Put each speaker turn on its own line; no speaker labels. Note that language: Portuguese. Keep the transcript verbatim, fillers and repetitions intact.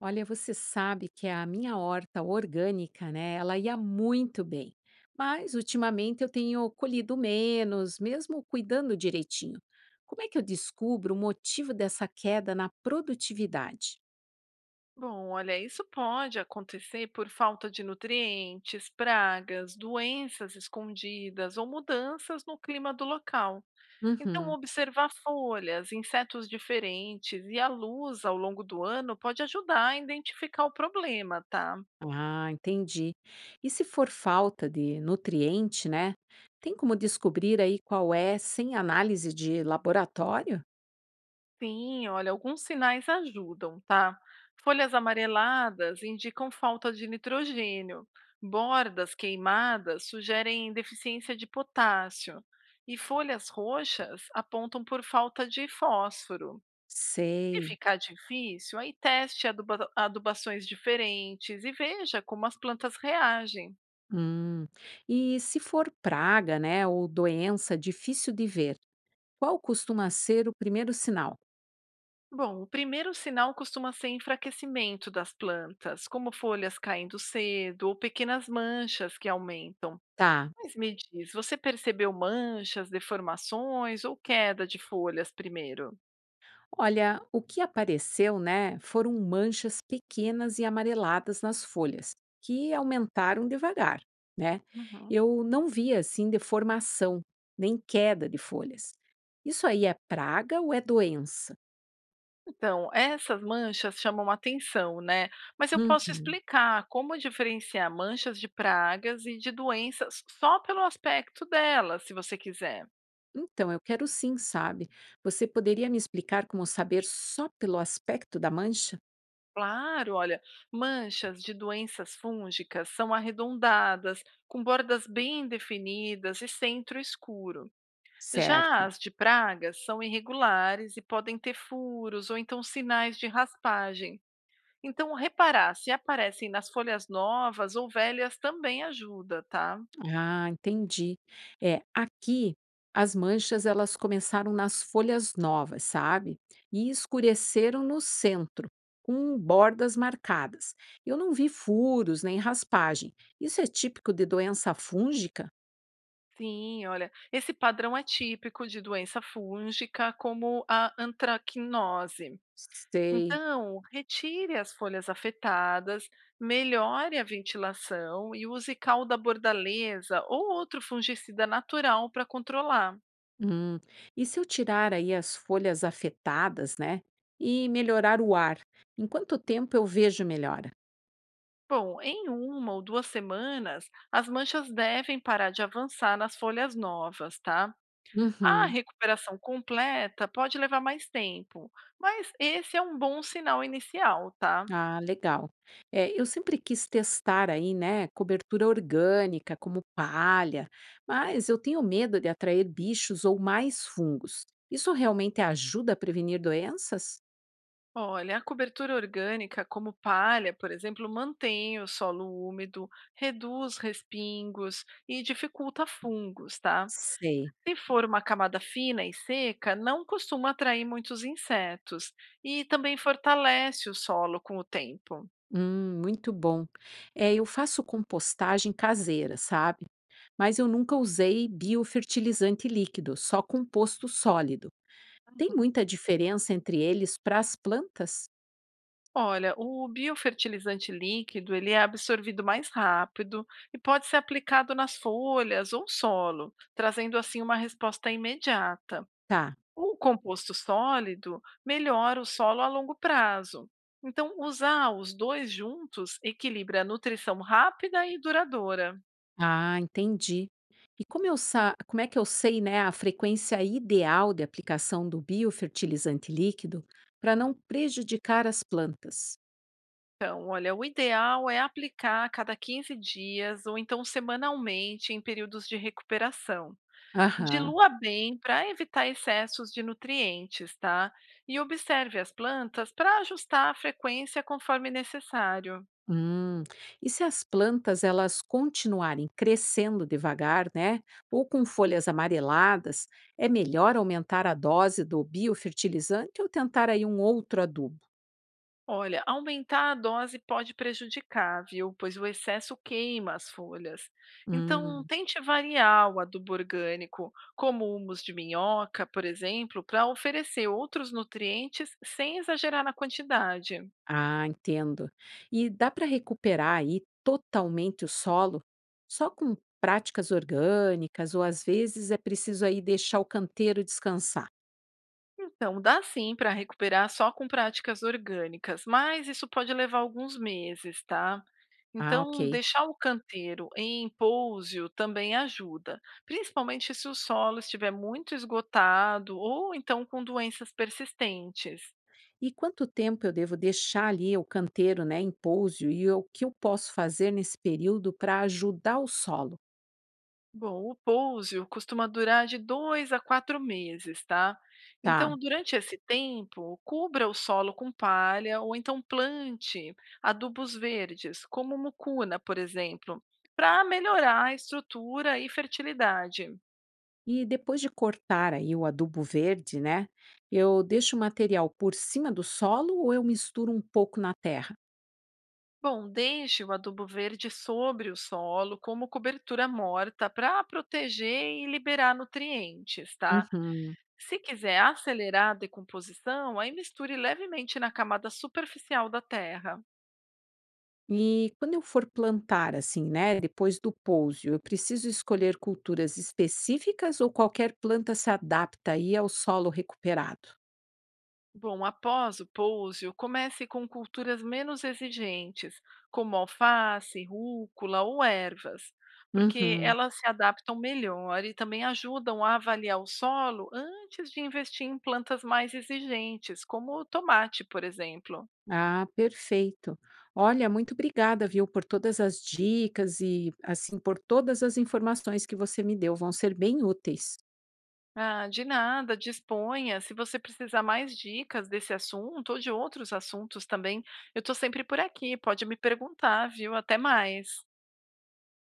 Olha, você sabe que a minha horta orgânica, né? Ela ia muito bem. Mas ultimamente eu tenho colhido menos, mesmo cuidando direitinho. Como é que eu descubro o motivo dessa queda na produtividade?
Bom, olha, isso pode acontecer por falta de nutrientes, pragas, doenças escondidas ou mudanças no clima do local. Então,
Uhum.
observar folhas, insetos diferentes e a luz ao longo do ano pode ajudar a identificar o problema, tá?
Ah, entendi. E se for falta de nutriente, né? Tem como descobrir aí qual é sem análise de laboratório?
Sim, olha, alguns sinais ajudam, tá? Folhas amareladas indicam falta de nitrogênio, bordas queimadas sugerem deficiência de potássio, e folhas roxas apontam por falta de fósforo. Se
Sei.
ficar difícil, aí teste aduba- adubações diferentes e veja como as plantas reagem.
Hum. E se for praga, né? Ou doença difícil de ver? Qual costuma ser o primeiro sinal?
Bom, o primeiro sinal costuma ser enfraquecimento das plantas, como folhas caindo cedo ou pequenas manchas que aumentam.
Tá.
Mas me diz, você percebeu manchas, deformações ou queda de folhas primeiro?
Olha, o que apareceu, né, foram manchas pequenas e amareladas nas folhas, que aumentaram devagar, né?
Uhum.
Eu não vi assim deformação, nem queda de folhas. Isso aí é praga ou é doença?
Então, essas manchas chamam atenção, né? Mas eu posso
Uhum.
explicar como diferenciar manchas de pragas e de doenças só pelo aspecto delas, se você quiser.
Então, eu quero sim, sabe? Você poderia me explicar como saber só pelo aspecto da mancha?
Claro, olha, manchas de doenças fúngicas são arredondadas, com bordas bem definidas e centro escuro. Já
Certo.
as de pragas são irregulares e podem ter furos ou então sinais de raspagem. Então, reparar se aparecem nas folhas novas ou velhas também ajuda, tá?
Ah, entendi. É, aqui as manchas elas começaram nas folhas novas, sabe? E escureceram no centro, com bordas marcadas. Eu não vi furos nem raspagem. Isso é típico de doença fúngica?
Sim, olha, esse padrão é típico de doença fúngica, como a antracnose.
Sei.
Então, retire as folhas afetadas, melhore a ventilação e use calda bordaleza ou outro fungicida natural para controlar.
Hum. E se eu tirar aí as folhas afetadas, né? E melhorar o ar? Em quanto tempo eu vejo melhora?
Bom, em uma ou duas semanas, as manchas devem parar de avançar nas folhas novas, tá? A
Uhum.
recuperação completa pode levar mais tempo, mas esse é um bom sinal inicial, tá?
Ah, legal. É, eu sempre quis testar aí, né, cobertura orgânica, como palha, mas eu tenho medo de atrair bichos ou mais fungos. Isso realmente ajuda a prevenir doenças?
Olha, a cobertura orgânica, como palha, por exemplo, mantém o solo úmido, reduz respingos e dificulta fungos, tá?
Sei.
Se for uma camada fina e seca, não costuma atrair muitos insetos e também fortalece o solo com o tempo.
Hum, muito bom. É, eu faço compostagem caseira, sabe? Mas eu nunca usei biofertilizante líquido, só composto sólido. Tem
Uhum.
muita diferença entre eles para as plantas?
Olha, o biofertilizante líquido, ele é absorvido mais rápido e pode ser aplicado nas folhas ou solo, trazendo assim uma resposta imediata.
Tá.
O composto sólido melhora o solo a longo prazo. Então, usar os dois juntos equilibra a nutrição rápida e duradoura.
Ah, entendi. E como eu sa como é que eu sei, né, a frequência ideal de aplicação do biofertilizante líquido para não prejudicar as plantas?
Então, olha, o ideal é aplicar a cada quinze dias ou então semanalmente em períodos de recuperação.
Aham.
Dilua bem para evitar excessos de nutrientes, tá? E observe as plantas para ajustar a frequência conforme necessário.
Hum. E se as plantas elas continuarem crescendo devagar, né, ou com folhas amareladas, é melhor aumentar a dose do biofertilizante ou tentar aí um outro adubo?
Olha, aumentar a dose pode prejudicar, viu? Pois o excesso queima as folhas. Então,
Hum.
tente variar o adubo orgânico, como humus de minhoca, por exemplo, para oferecer outros nutrientes sem exagerar na quantidade.
Ah, entendo. E dá para recuperar aí totalmente o solo só com práticas orgânicas ou às vezes é preciso aí deixar o canteiro descansar?
Então, dá sim para recuperar só com práticas orgânicas, mas isso pode levar alguns meses, tá?
Ah,
Então,
ok.
deixar o canteiro em pouso também ajuda, principalmente se o solo estiver muito esgotado ou então com doenças persistentes.
E quanto tempo eu devo deixar ali o canteiro, né, em pouso e o que eu posso fazer nesse período para ajudar o solo?
Bom, o pouso costuma durar de dois a quatro meses, tá? Então,
Tá.
durante esse tempo, cubra o solo com palha ou então plante adubos verdes, como mucuna, por exemplo, para melhorar a estrutura e fertilidade.
E depois de cortar aí o adubo verde, né, eu deixo o material por cima do solo ou eu misturo um pouco na terra?
Bom, deixe o adubo verde sobre o solo como cobertura morta para proteger e liberar nutrientes, tá?
Uhum.
Se quiser acelerar a decomposição, aí misture levemente na camada superficial da terra.
E quando eu for plantar, assim, né, depois do pouso, eu preciso escolher culturas específicas ou qualquer planta se adapta aí ao solo recuperado?
Bom, após o pouso, comece com culturas menos exigentes, como alface, rúcula ou ervas, porque
Uhum.
elas se adaptam melhor e também ajudam a avaliar o solo antes de investir em plantas mais exigentes, como o tomate, por exemplo.
Ah, perfeito. Olha, muito obrigada, viu, por todas as dicas e, assim, por todas as informações que você me deu. Vão ser bem úteis.
Ah, de nada, disponha. Se você precisar mais dicas desse assunto ou de outros assuntos também, eu estou sempre por aqui. Pode me perguntar, viu? Até mais.